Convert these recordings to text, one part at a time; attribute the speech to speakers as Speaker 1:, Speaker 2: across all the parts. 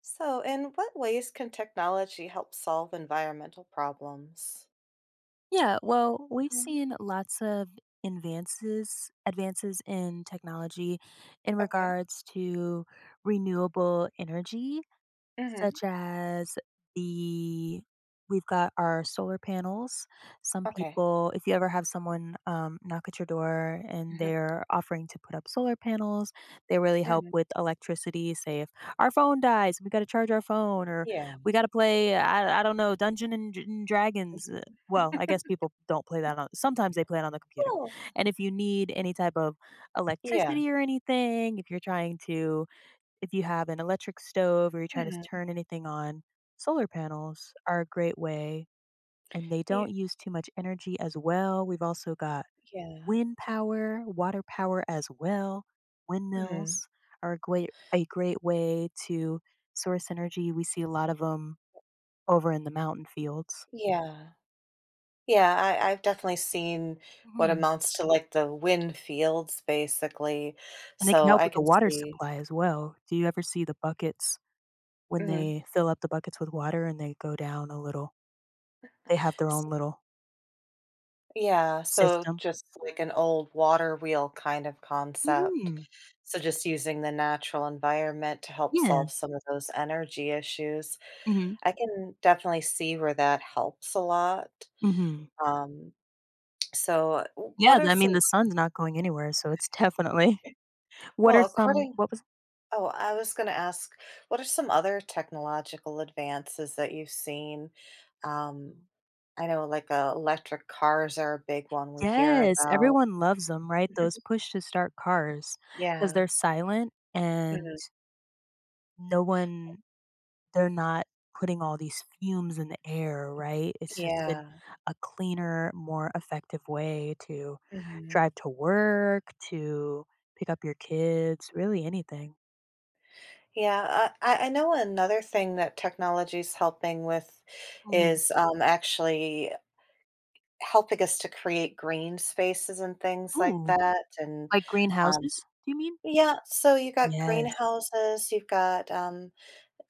Speaker 1: So, in what ways can technology help solve environmental problems?
Speaker 2: Yeah, well, we've
Speaker 1: Hmm.
Speaker 2: seen lots of advances in technology in
Speaker 1: Okay.
Speaker 2: regards to renewable energy
Speaker 1: Mm-hmm.
Speaker 2: such as the we've got our solar panels. Some
Speaker 1: Okay.
Speaker 2: people if you ever have someone, knock at your door and
Speaker 1: Mm-hmm.
Speaker 2: they're offering to put up solar panels, they really help
Speaker 1: Hmm.
Speaker 2: with electricity, say if our phone dies, we gotta charge our phone or
Speaker 1: Yeah.
Speaker 2: we gotta play, I don't know, Dungeon and Dr and Dragons, well, I guess people don't play that on sometimes they play it on the computer.
Speaker 1: Well,
Speaker 2: And if you need any type of
Speaker 1: yeah.
Speaker 2: electricity or anything, if you're trying to if you have an electric stove or you're trying to
Speaker 1: Hmm.
Speaker 2: turn anything on, solar panels are a great way and they
Speaker 1: Yeah.
Speaker 2: don't use too much energy as well. We've also got
Speaker 1: Yeah.
Speaker 2: wind power, water power as well.
Speaker 1: Hmm.
Speaker 2: Windmills are a great way to source energy. We see a lot of them over in the mountain fields.
Speaker 1: Yeah. Yeah, I've definitely seen what
Speaker 2: Mhm.
Speaker 1: amounts to like the wind fields, basically.
Speaker 2: And they can
Speaker 1: So
Speaker 2: help
Speaker 1: I
Speaker 2: with the
Speaker 1: can
Speaker 2: water
Speaker 1: see.
Speaker 2: supply as well. Do you ever see the buckets when
Speaker 1: Hmm.
Speaker 2: they fill up the buckets with water and they go down a little? They have their own little
Speaker 1: Yeah, so
Speaker 2: system.
Speaker 1: just like an old water wheel kind of concept.
Speaker 2: Mhm.
Speaker 1: So just using the natural environment to help
Speaker 2: Yeah.
Speaker 1: solve some of those energy issues.
Speaker 2: Mhm.
Speaker 1: I can definitely see where that helps a lot.
Speaker 2: Mhm.
Speaker 1: Um, so
Speaker 2: Yeah,
Speaker 1: what are
Speaker 2: I
Speaker 1: some,
Speaker 2: mean, the sun's not going anywhere, so it's definitely. What are
Speaker 1: well,
Speaker 2: some
Speaker 1: according,
Speaker 2: what was
Speaker 1: oh, I was going to ask, what are some other technological advances that you've seen? Um,
Speaker 2: Mm.
Speaker 1: I know like electric cars are a big one we hear
Speaker 2: Yes,
Speaker 1: about.
Speaker 2: everyone loves them, right? Those push to start cars because 'cause
Speaker 1: Yeah.
Speaker 2: they're silent and
Speaker 1: Mhm.
Speaker 2: no one they're not putting all these fumes in the air, right? It's just been
Speaker 1: Yeah.
Speaker 2: a cleaner, more effective way to
Speaker 1: Mhm.
Speaker 2: drive to work, to pick up your kids, really anything.
Speaker 1: Yeah, I know another thing that technology is helping with
Speaker 2: Mhm.
Speaker 1: is, actually helping us to create green spaces and things like
Speaker 2: Ooh,
Speaker 1: that, and,
Speaker 2: like
Speaker 1: um
Speaker 2: greenhouses, do you mean?
Speaker 1: yeah, so you got
Speaker 2: Yes.
Speaker 1: greenhouses, you've got,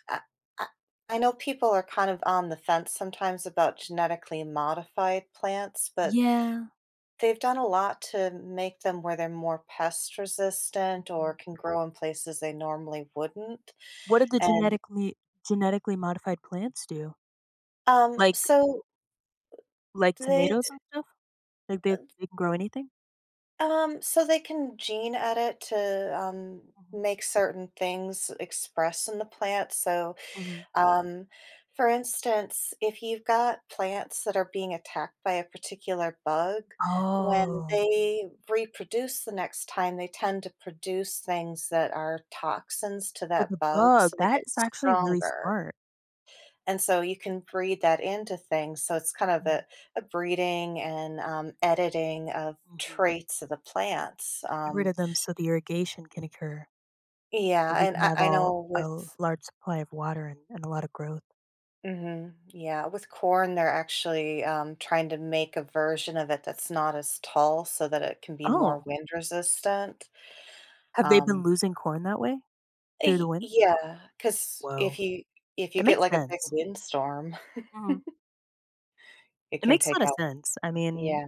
Speaker 1: I I I know people are kind of on the fence sometimes about genetically modified plants, but
Speaker 2: Yeah.
Speaker 1: they've done a lot to make them where they're more pest resistant or
Speaker 2: Mhm.
Speaker 1: can grow in places they normally wouldn't,
Speaker 2: What did the
Speaker 1: and,
Speaker 2: genetically modified plants do?
Speaker 1: um,
Speaker 2: Like
Speaker 1: so
Speaker 2: like
Speaker 1: Do they
Speaker 2: tomatoes and stuff? Like, they can grow anything?
Speaker 1: so they can gene edit to,
Speaker 2: Mhm,
Speaker 1: make certain things express in the plant, so,
Speaker 2: mhm.
Speaker 1: um, for instance, if you've got plants that are being attacked by a particular bug, when
Speaker 2: Oh,
Speaker 1: they reproduce the next time, they tend to produce things that are toxins to
Speaker 2: for
Speaker 1: that
Speaker 2: the
Speaker 1: bug,
Speaker 2: bug,
Speaker 1: so they
Speaker 2: that
Speaker 1: get
Speaker 2: is actually really
Speaker 1: stronger.
Speaker 2: smart.
Speaker 1: And so you can breed that into things. So it's kind of a,
Speaker 2: Mm,
Speaker 1: a breeding and editing of
Speaker 2: mhm.
Speaker 1: traits of the plants.
Speaker 2: Get rid of them so the irrigation can occur, so
Speaker 1: Yeah,
Speaker 2: we
Speaker 1: and
Speaker 2: can
Speaker 1: I,
Speaker 2: have
Speaker 1: I
Speaker 2: all
Speaker 1: know
Speaker 2: a
Speaker 1: with.
Speaker 2: large supply of water and a lot of growth.
Speaker 1: Hmm. Yeah. With corn, they're actually trying to make a version of it that's not as tall, so that it can be more
Speaker 2: Oh,
Speaker 1: wind resistant.
Speaker 2: have they
Speaker 1: Um,
Speaker 2: been losing corn that way through the wind?
Speaker 1: yeah, because if
Speaker 2: Whoa.
Speaker 1: you if you
Speaker 2: It
Speaker 1: get
Speaker 2: makes
Speaker 1: like a big
Speaker 2: sense.
Speaker 1: windstorm,
Speaker 2: Mhm.
Speaker 1: it
Speaker 2: It
Speaker 1: can
Speaker 2: makes a
Speaker 1: take
Speaker 2: lot of
Speaker 1: out.
Speaker 2: sense. I mean
Speaker 1: Yeah.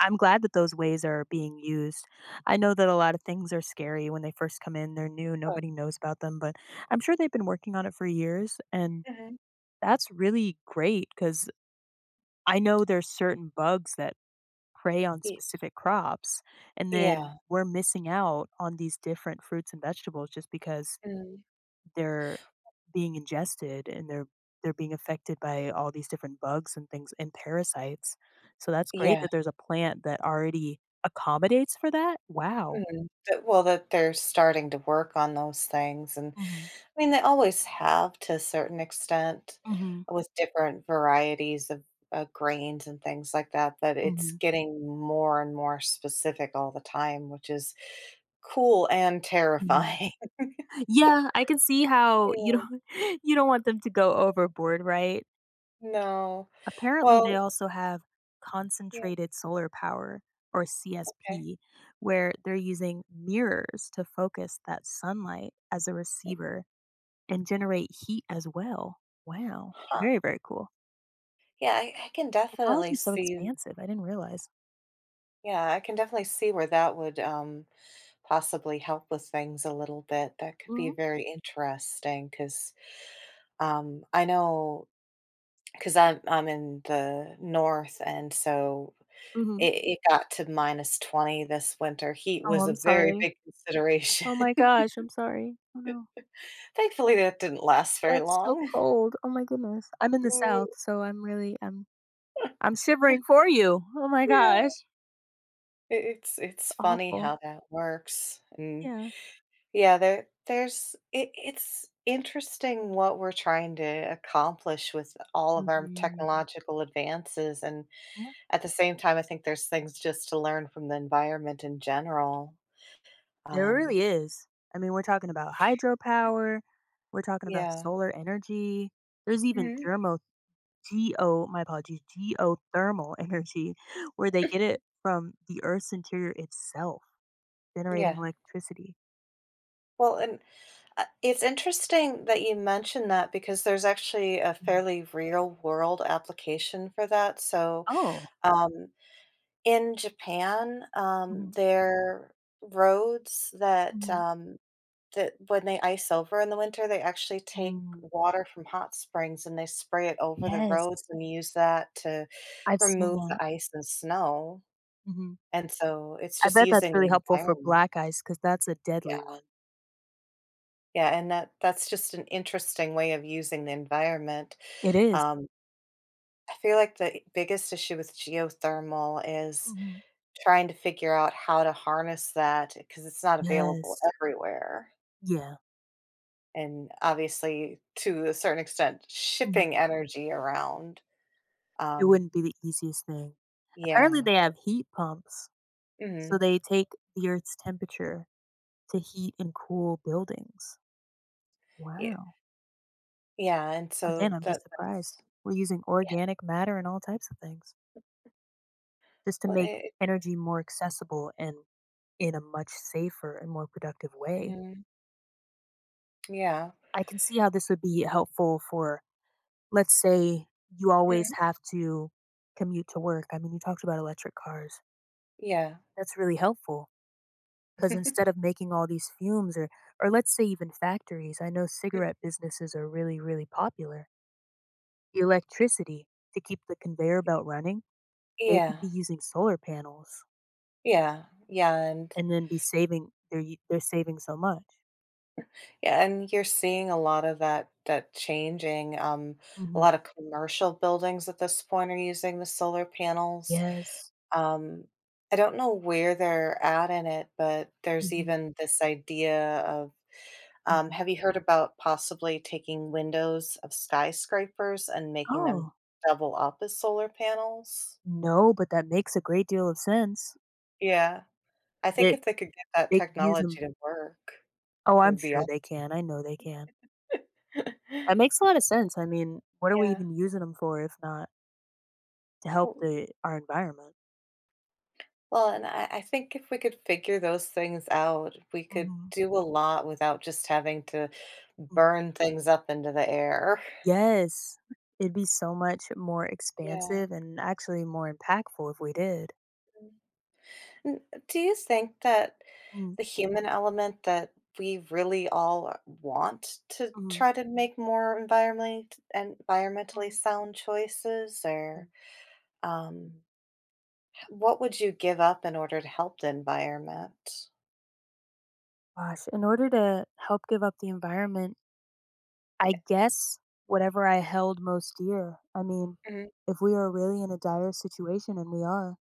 Speaker 2: I'm glad that those ways are being used. I know that a lot of things are scary when they first come in. They're new,
Speaker 1: Oh,
Speaker 2: nobody knows about them, but I'm sure they've been working on it for years. And
Speaker 1: mhm.
Speaker 2: that's really great because I know there's certain bugs that prey on
Speaker 1: Y-
Speaker 2: specific crops. And then
Speaker 1: Yeah.
Speaker 2: we're missing out on these different fruits and vegetables just because
Speaker 1: Mm.
Speaker 2: they're being ingested and they're being affected by all these different bugs and things and parasites. So that's great
Speaker 1: Yeah.
Speaker 2: that there's a plant that already accommodates for that. Wow.
Speaker 1: Mhm, that well, that they're starting to work on those things, and
Speaker 2: Mhm.
Speaker 1: I mean, they always have to a certain extent
Speaker 2: Mhm.
Speaker 1: with different varieties of, grains and things like that, but it's
Speaker 2: Mhm.
Speaker 1: getting more and more specific all the time, which is cool and
Speaker 2: Mhm.
Speaker 1: terrifying.
Speaker 2: Yeah, I can see how you
Speaker 1: Yeah.
Speaker 2: don't you don't want them to go overboard, right?
Speaker 1: No.
Speaker 2: Apparently,
Speaker 1: Well,
Speaker 2: they also have
Speaker 1: yeah,
Speaker 2: concentrated solar power, or
Speaker 1: okay.
Speaker 2: CSP, where they're using mirrors to focus that sunlight as a receiver and generate heat as well. Wow.
Speaker 1: Huh.
Speaker 2: Very, very cool.
Speaker 1: Yeah, I I can definitely
Speaker 2: Technology is so
Speaker 1: see
Speaker 2: expansive, I didn't realize.
Speaker 1: yeah, I can definitely see where that would, possibly help with things a little bit. That could be
Speaker 2: Mhm,
Speaker 1: very interesting because I know because I'm in the north, and so
Speaker 2: mhm.
Speaker 1: it got to minus 20 this winter. Heat
Speaker 2: Oh,
Speaker 1: was a
Speaker 2: I'm
Speaker 1: very
Speaker 2: sorry.
Speaker 1: big consideration.
Speaker 2: Oh my gosh, I'm sorry. Oh no.
Speaker 1: Thankfully, that didn't last very
Speaker 2: That's so
Speaker 1: long.
Speaker 2: cold. Oh my goodness. I'm in the
Speaker 1: Mm,
Speaker 2: South, so I'm really I'm shivering for you. Oh my
Speaker 1: yeah,
Speaker 2: gosh.
Speaker 1: it- it's
Speaker 2: It's
Speaker 1: it's funny how
Speaker 2: awful.
Speaker 1: that works, and
Speaker 2: Yeah.
Speaker 1: yeah, there's it's interesting what we're trying to accomplish with all of our, mhm,
Speaker 2: Mhm.
Speaker 1: technological advances, and
Speaker 2: Yeah.
Speaker 1: at the same time, I think there's things just to learn from the environment in general.
Speaker 2: There
Speaker 1: Um,
Speaker 2: really is. I mean, we're talking about hydropower, we're talking about
Speaker 1: yeah.
Speaker 2: solar energy, there's even
Speaker 1: Mhm.
Speaker 2: germo geo my apologies, geothermal energy, where they get it from the Earth's interior itself, generating
Speaker 1: Yeah.
Speaker 2: electricity.
Speaker 1: Well, and it's interesting that you mentioned that because there's actually a
Speaker 2: Mhm.
Speaker 1: fairly real world application for that. So,
Speaker 2: Oh.
Speaker 1: um, in Japan,
Speaker 2: Mhm,
Speaker 1: their roads
Speaker 2: mhm,
Speaker 1: that when they ice over in the winter, they actually take
Speaker 2: mm.
Speaker 1: water from hot springs and they spray it over the roads
Speaker 2: Yes,
Speaker 1: and use that to
Speaker 2: I've seen
Speaker 1: remove
Speaker 2: that.
Speaker 1: the ice and snow,
Speaker 2: Mhm.
Speaker 1: and so it's
Speaker 2: I
Speaker 1: just
Speaker 2: bet that's
Speaker 1: using the
Speaker 2: really helpful for
Speaker 1: environment.
Speaker 2: black ice because that's a deadly
Speaker 1: Yeah.
Speaker 2: one.
Speaker 1: Yeah, and that's just an interesting way of using the environment.
Speaker 2: It is.
Speaker 1: Um, I feel like the biggest issue with geothermal is
Speaker 2: Mhm.
Speaker 1: trying to figure out how to harness that because it's not available
Speaker 2: Yes.
Speaker 1: everywhere,
Speaker 2: Yeah.
Speaker 1: and obviously to a certain extent
Speaker 2: Mhm.
Speaker 1: shipping energy around.
Speaker 2: It
Speaker 1: Um,
Speaker 2: wouldn't be the easiest thing. Apparently,
Speaker 1: yeah.
Speaker 2: they have heat pumps, so
Speaker 1: Mhm.
Speaker 2: they take the Earth's temperature to heat and cool buildings.
Speaker 1: Ye
Speaker 2: Wow.
Speaker 1: Yeah, and
Speaker 2: Again,
Speaker 1: so
Speaker 2: I'm
Speaker 1: that
Speaker 2: just surprised.
Speaker 1: that's
Speaker 2: We're using
Speaker 1: yeah,
Speaker 2: organic matter and all types of things just to
Speaker 1: well,
Speaker 2: make
Speaker 1: it,
Speaker 2: energy more accessible and in a much safer and more productive way.
Speaker 1: mhm, yeah.
Speaker 2: I can see how this would be helpful for, let's say, you always
Speaker 1: Mhm,
Speaker 2: have to commute to work. I mean, you talked about electric cars.
Speaker 1: yeah.
Speaker 2: That's really helpful because instead of making all these fumes or let's say even factories, I know cigarette businesses are really, really popular. The electricity to keep the conveyor belt running, they could
Speaker 1: Yeah,
Speaker 2: be using solar panels
Speaker 1: yeah, yeah, and
Speaker 2: and then be saving they're saving so much.
Speaker 1: yeah, and you're seeing a lot of that changing, a
Speaker 2: Mhm.
Speaker 1: lot of commercial buildings at this point are using the solar panels.
Speaker 2: Yes.
Speaker 1: Um, I don't know where they're at in it, but there's
Speaker 2: Mhm.
Speaker 1: even this idea of,
Speaker 2: Mhm.
Speaker 1: have you heard about possibly taking windows of skyscrapers and making them
Speaker 2: Oh,
Speaker 1: double up as solar panels?
Speaker 2: no, but that makes a great deal of sense
Speaker 1: Yeah. I think
Speaker 2: that
Speaker 1: if they could get that
Speaker 2: they could use
Speaker 1: technology
Speaker 2: them.
Speaker 1: to work,
Speaker 2: Oh,
Speaker 1: it
Speaker 2: I'm
Speaker 1: would be
Speaker 2: sure
Speaker 1: awesome.
Speaker 2: they can, I know they can. That makes a lot of sense, I mean, what are we
Speaker 1: Yeah.
Speaker 2: even using them for if not to help
Speaker 1: W
Speaker 2: the our environment?
Speaker 1: Well, and I think if we could figure those things out, we could
Speaker 2: Mhm,
Speaker 1: do a lot without just having to
Speaker 2: mm.
Speaker 1: burn things up into the air.
Speaker 2: Yes, it'd be so much more
Speaker 1: Yeah.
Speaker 2: expansive and actually more impactful if we did.
Speaker 1: N Do you think that
Speaker 2: Mm,
Speaker 1: the human element, that we really all want to
Speaker 2: mhm,
Speaker 1: try to make more environmentally and environmentally
Speaker 2: mhm,
Speaker 1: sound choices,
Speaker 2: mm.
Speaker 1: or, um, what would you give up in order to help the environment?
Speaker 2: Gosh, in order to help give up the environment I
Speaker 1: Yeah,
Speaker 2: guess whatever I held most dear. I mean,
Speaker 1: mhm,
Speaker 2: if we are really in a dire situation, and we are,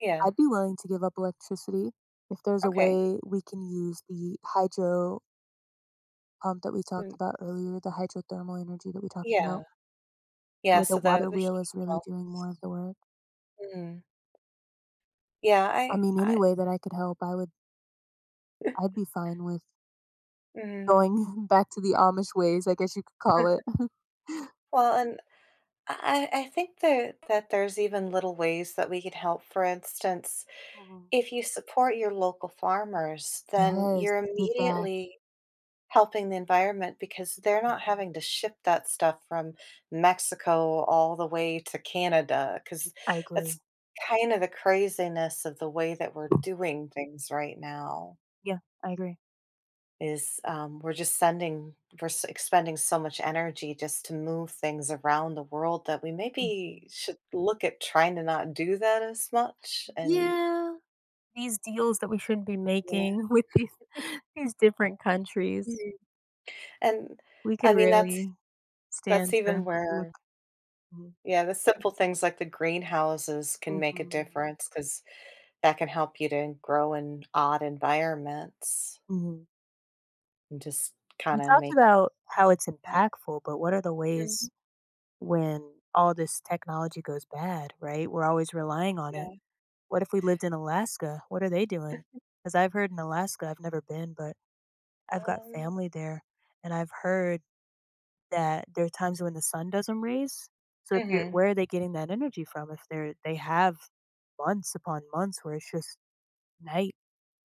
Speaker 1: yeah,
Speaker 2: I'd be willing to give up electricity if there's a
Speaker 1: okay,
Speaker 2: way we can use the hydro pump that we talked
Speaker 1: mm,
Speaker 2: about earlier, the hydrothermal energy that we talked
Speaker 1: yeah,
Speaker 2: about,
Speaker 1: yeah,
Speaker 2: where the
Speaker 1: so the
Speaker 2: water
Speaker 1: the
Speaker 2: wheel
Speaker 1: heat
Speaker 2: is really doing more of
Speaker 1: helps,
Speaker 2: the work.
Speaker 1: mm, yeah,
Speaker 2: I
Speaker 1: I
Speaker 2: mean, any
Speaker 1: I
Speaker 2: way that I could help, I would. I'd be fine with
Speaker 1: mhm.
Speaker 2: going back to the Amish ways, I guess you could call it.
Speaker 1: Well, and I think that there's even little ways that we can help, for instance.
Speaker 2: Mhm.
Speaker 1: If you support your local farmers, then
Speaker 2: Yes,
Speaker 1: you're
Speaker 2: give back.
Speaker 1: immediately helping the environment because they're not
Speaker 2: Mhm.
Speaker 1: having to ship that stuff from Mexico all the way to Canada. Because
Speaker 2: I
Speaker 1: that's
Speaker 2: agree.
Speaker 1: kind of the craziness of the way that we're doing things right now
Speaker 2: Yeah, I agree.
Speaker 1: is, we're just sending we're s expending so much energy just to move things around the world that we
Speaker 2: Mhm.
Speaker 1: maybe should look at trying to not do that as much, and
Speaker 2: Yeah, these deals that we shouldn't be
Speaker 1: yeah,
Speaker 2: making with these different countries,
Speaker 1: mhm, and,
Speaker 2: we could
Speaker 1: I mean,
Speaker 2: really
Speaker 1: that's
Speaker 2: stand
Speaker 1: even
Speaker 2: to look.
Speaker 1: where
Speaker 2: Mhm,
Speaker 1: yeah, the simple things like the greenhouses can make a
Speaker 2: mhm,
Speaker 1: difference because that can help you to grow in odd environments
Speaker 2: mhm.
Speaker 1: and just
Speaker 2: We
Speaker 1: kinda
Speaker 2: talked
Speaker 1: make
Speaker 2: about how it's
Speaker 1: yeah.
Speaker 2: impactful, but what are the
Speaker 1: Mhm.
Speaker 2: ways when all this technology goes bad, right? We're always relying on
Speaker 1: Yeah,
Speaker 2: it. What if we lived in Alaska? What are they doing? Because 'Cause I've heard in Alaska I've never been, but I've got
Speaker 1: um
Speaker 2: family there, and I've heard that there are times when the sun doesn't raise. So if you're
Speaker 1: mhm.
Speaker 2: where are they getting that energy from if they have months upon months where it's just night,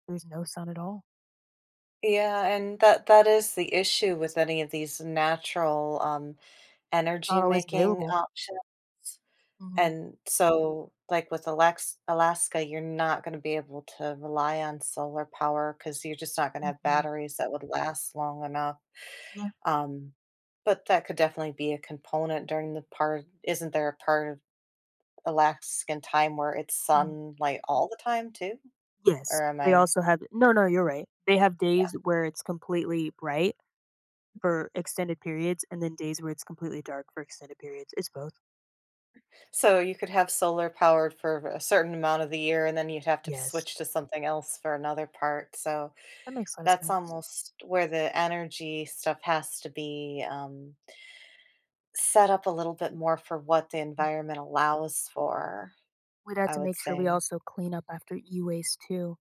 Speaker 2: there's no sun at all.
Speaker 1: Yeah, and that is the issue with any of these natural, energy
Speaker 2: Not always
Speaker 1: making
Speaker 2: available.
Speaker 1: options,
Speaker 2: Mhm,
Speaker 1: and so, like, with Alex Alaska, you're not gonna be able to rely on solar power because 'cause you're just not gonna have
Speaker 2: mhm,
Speaker 1: batteries that would last long enough.
Speaker 2: yeah,
Speaker 1: Um, but that could definitely be a component during the part, isn't there a part of Alaskan time where it's
Speaker 2: mhm.
Speaker 1: sunlight all the time too?
Speaker 2: Yes,
Speaker 1: Or am
Speaker 2: they
Speaker 1: I?
Speaker 2: also have no, no, you're right. They have days where it's completely bright for extended periods and then days where it's completely dark for extended periods. It's both.
Speaker 1: So you could have solar powered for a certain amount of the year and then you'd have to
Speaker 2: Yes,
Speaker 1: switch to something else for another part. So
Speaker 2: that makes a lot of
Speaker 1: that's
Speaker 2: sense.
Speaker 1: almost where the energy stuff has to be, set up a little bit more for what the environment allows for,
Speaker 2: We'd have
Speaker 1: I
Speaker 2: to
Speaker 1: would
Speaker 2: make sure we
Speaker 1: say.
Speaker 2: also clean up after e-waste too,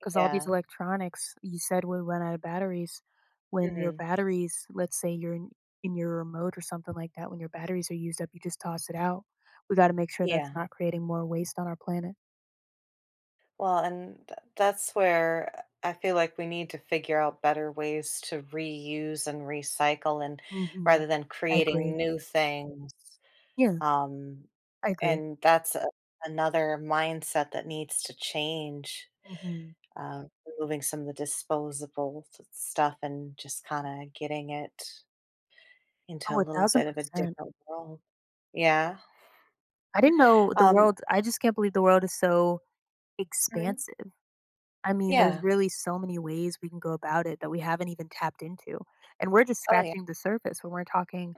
Speaker 2: because all these
Speaker 1: Yeah.
Speaker 2: electronics, you said would run out of batteries. When your
Speaker 1: Mhm.
Speaker 2: batteries, let's say you're in your remote or something like that, when your batteries are used up, you just toss it out. We got to make sure that's
Speaker 1: Yeah.
Speaker 2: not creating more waste on our planet.
Speaker 1: Well, and that's where I feel like we need to figure out better ways to reuse and recycle, and
Speaker 2: Mhm.
Speaker 1: rather than
Speaker 2: I
Speaker 1: creating
Speaker 2: agree.
Speaker 1: new things.
Speaker 2: Yeah,
Speaker 1: Um,
Speaker 2: I agree.
Speaker 1: and that's another mindset that needs to change.
Speaker 2: Mhm.
Speaker 1: Uh, Removing some of the disposable stuff and just kind of getting it
Speaker 2: Oh,
Speaker 1: into a little bit of a
Speaker 2: 1000%.
Speaker 1: different world. Yeah.
Speaker 2: I didn't know the
Speaker 1: Um.
Speaker 2: world I just can't believe the world is so
Speaker 1: Mhm,
Speaker 2: expansive. I mean, there's
Speaker 1: yeah.
Speaker 2: really so many ways we can go about it that we haven't even tapped into. And we're just
Speaker 1: Oh yeah.
Speaker 2: scratching the surface when we're talking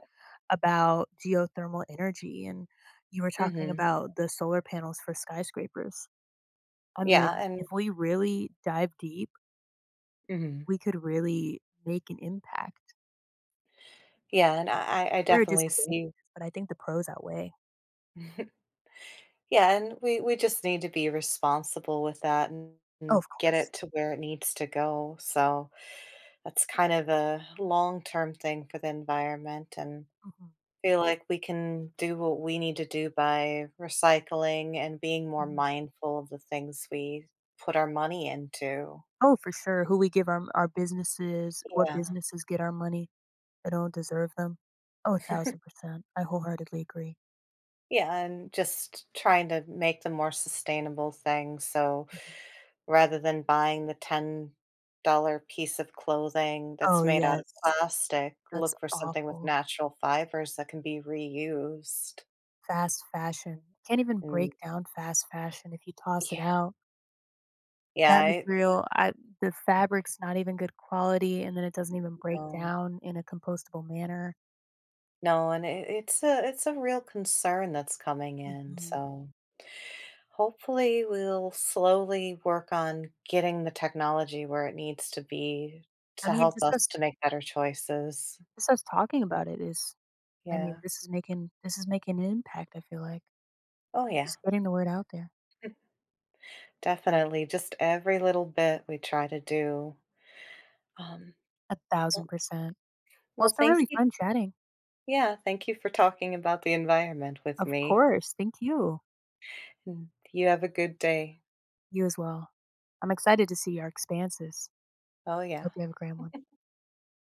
Speaker 2: about geothermal energy and you were talking
Speaker 1: Hmm.
Speaker 2: about the solar panels for skyscrapers. I
Speaker 1: Yeah.
Speaker 2: mean,
Speaker 1: And.
Speaker 2: if we really dive deep,
Speaker 1: Mhm,
Speaker 2: we could really make an impact.
Speaker 1: yeah. And I
Speaker 2: We are
Speaker 1: definitely
Speaker 2: disadvantages,
Speaker 1: see.
Speaker 2: but I think the pros outweigh.
Speaker 1: Yeah, and we just need to be responsible with that and
Speaker 2: Oh,
Speaker 1: and
Speaker 2: of
Speaker 1: get
Speaker 2: course.
Speaker 1: it to where it needs to go. So that's kind of a long-term thing for the environment, and
Speaker 2: Mhm,
Speaker 1: feel like we can do what we need to do by recycling and being more
Speaker 2: mhm.
Speaker 1: mindful of the things we put our money into.
Speaker 2: Oh, for sure. Who we give our businesses, what
Speaker 1: Yeah.
Speaker 2: businesses get our money. I don't deserve them. Oh, 1,000%. I wholeheartedly agree.
Speaker 1: Yeah, and just trying to make them more sustainable things. So
Speaker 2: Mhm.
Speaker 1: rather than buying the $10 piece of clothing that's
Speaker 2: Oh,
Speaker 1: made out of
Speaker 2: yes.
Speaker 1: plastic,
Speaker 2: That's
Speaker 1: look for something with
Speaker 2: awful.
Speaker 1: natural fibers that can be reused.
Speaker 2: Fast fashion. Can't even break
Speaker 1: And
Speaker 2: down fast fashion if you toss it
Speaker 1: yeah,
Speaker 2: out.
Speaker 1: yeah,
Speaker 2: That
Speaker 1: I
Speaker 2: material, I the fabric's not even good quality, and then it doesn't even break
Speaker 1: no,
Speaker 2: down in a compostable manner.
Speaker 1: no, and it's a real concern that's coming in.
Speaker 2: Mhm.
Speaker 1: So hopefully we'll slowly work on getting the technology where it needs to be
Speaker 2: I
Speaker 1: to
Speaker 2: mean,
Speaker 1: help us to make better choices.
Speaker 2: just us talking about it is I mean,
Speaker 1: Yeah.
Speaker 2: this is making an impact, I feel like.
Speaker 1: Oh yeah.
Speaker 2: Just getting the word out there.
Speaker 1: Definitely. Just every little bit we try to do. Um, well
Speaker 2: 1,000%. Well,
Speaker 1: well,
Speaker 2: it's been
Speaker 1: thank
Speaker 2: really
Speaker 1: you.
Speaker 2: fun chatting.
Speaker 1: Yeah, thank you for talking about the environment with
Speaker 2: Of
Speaker 1: me,
Speaker 2: course. Thank you.
Speaker 1: and you have a good day.
Speaker 2: You as well. I'm excited to see our expanses.
Speaker 1: Oh, yeah.
Speaker 2: Hope you have a grand one.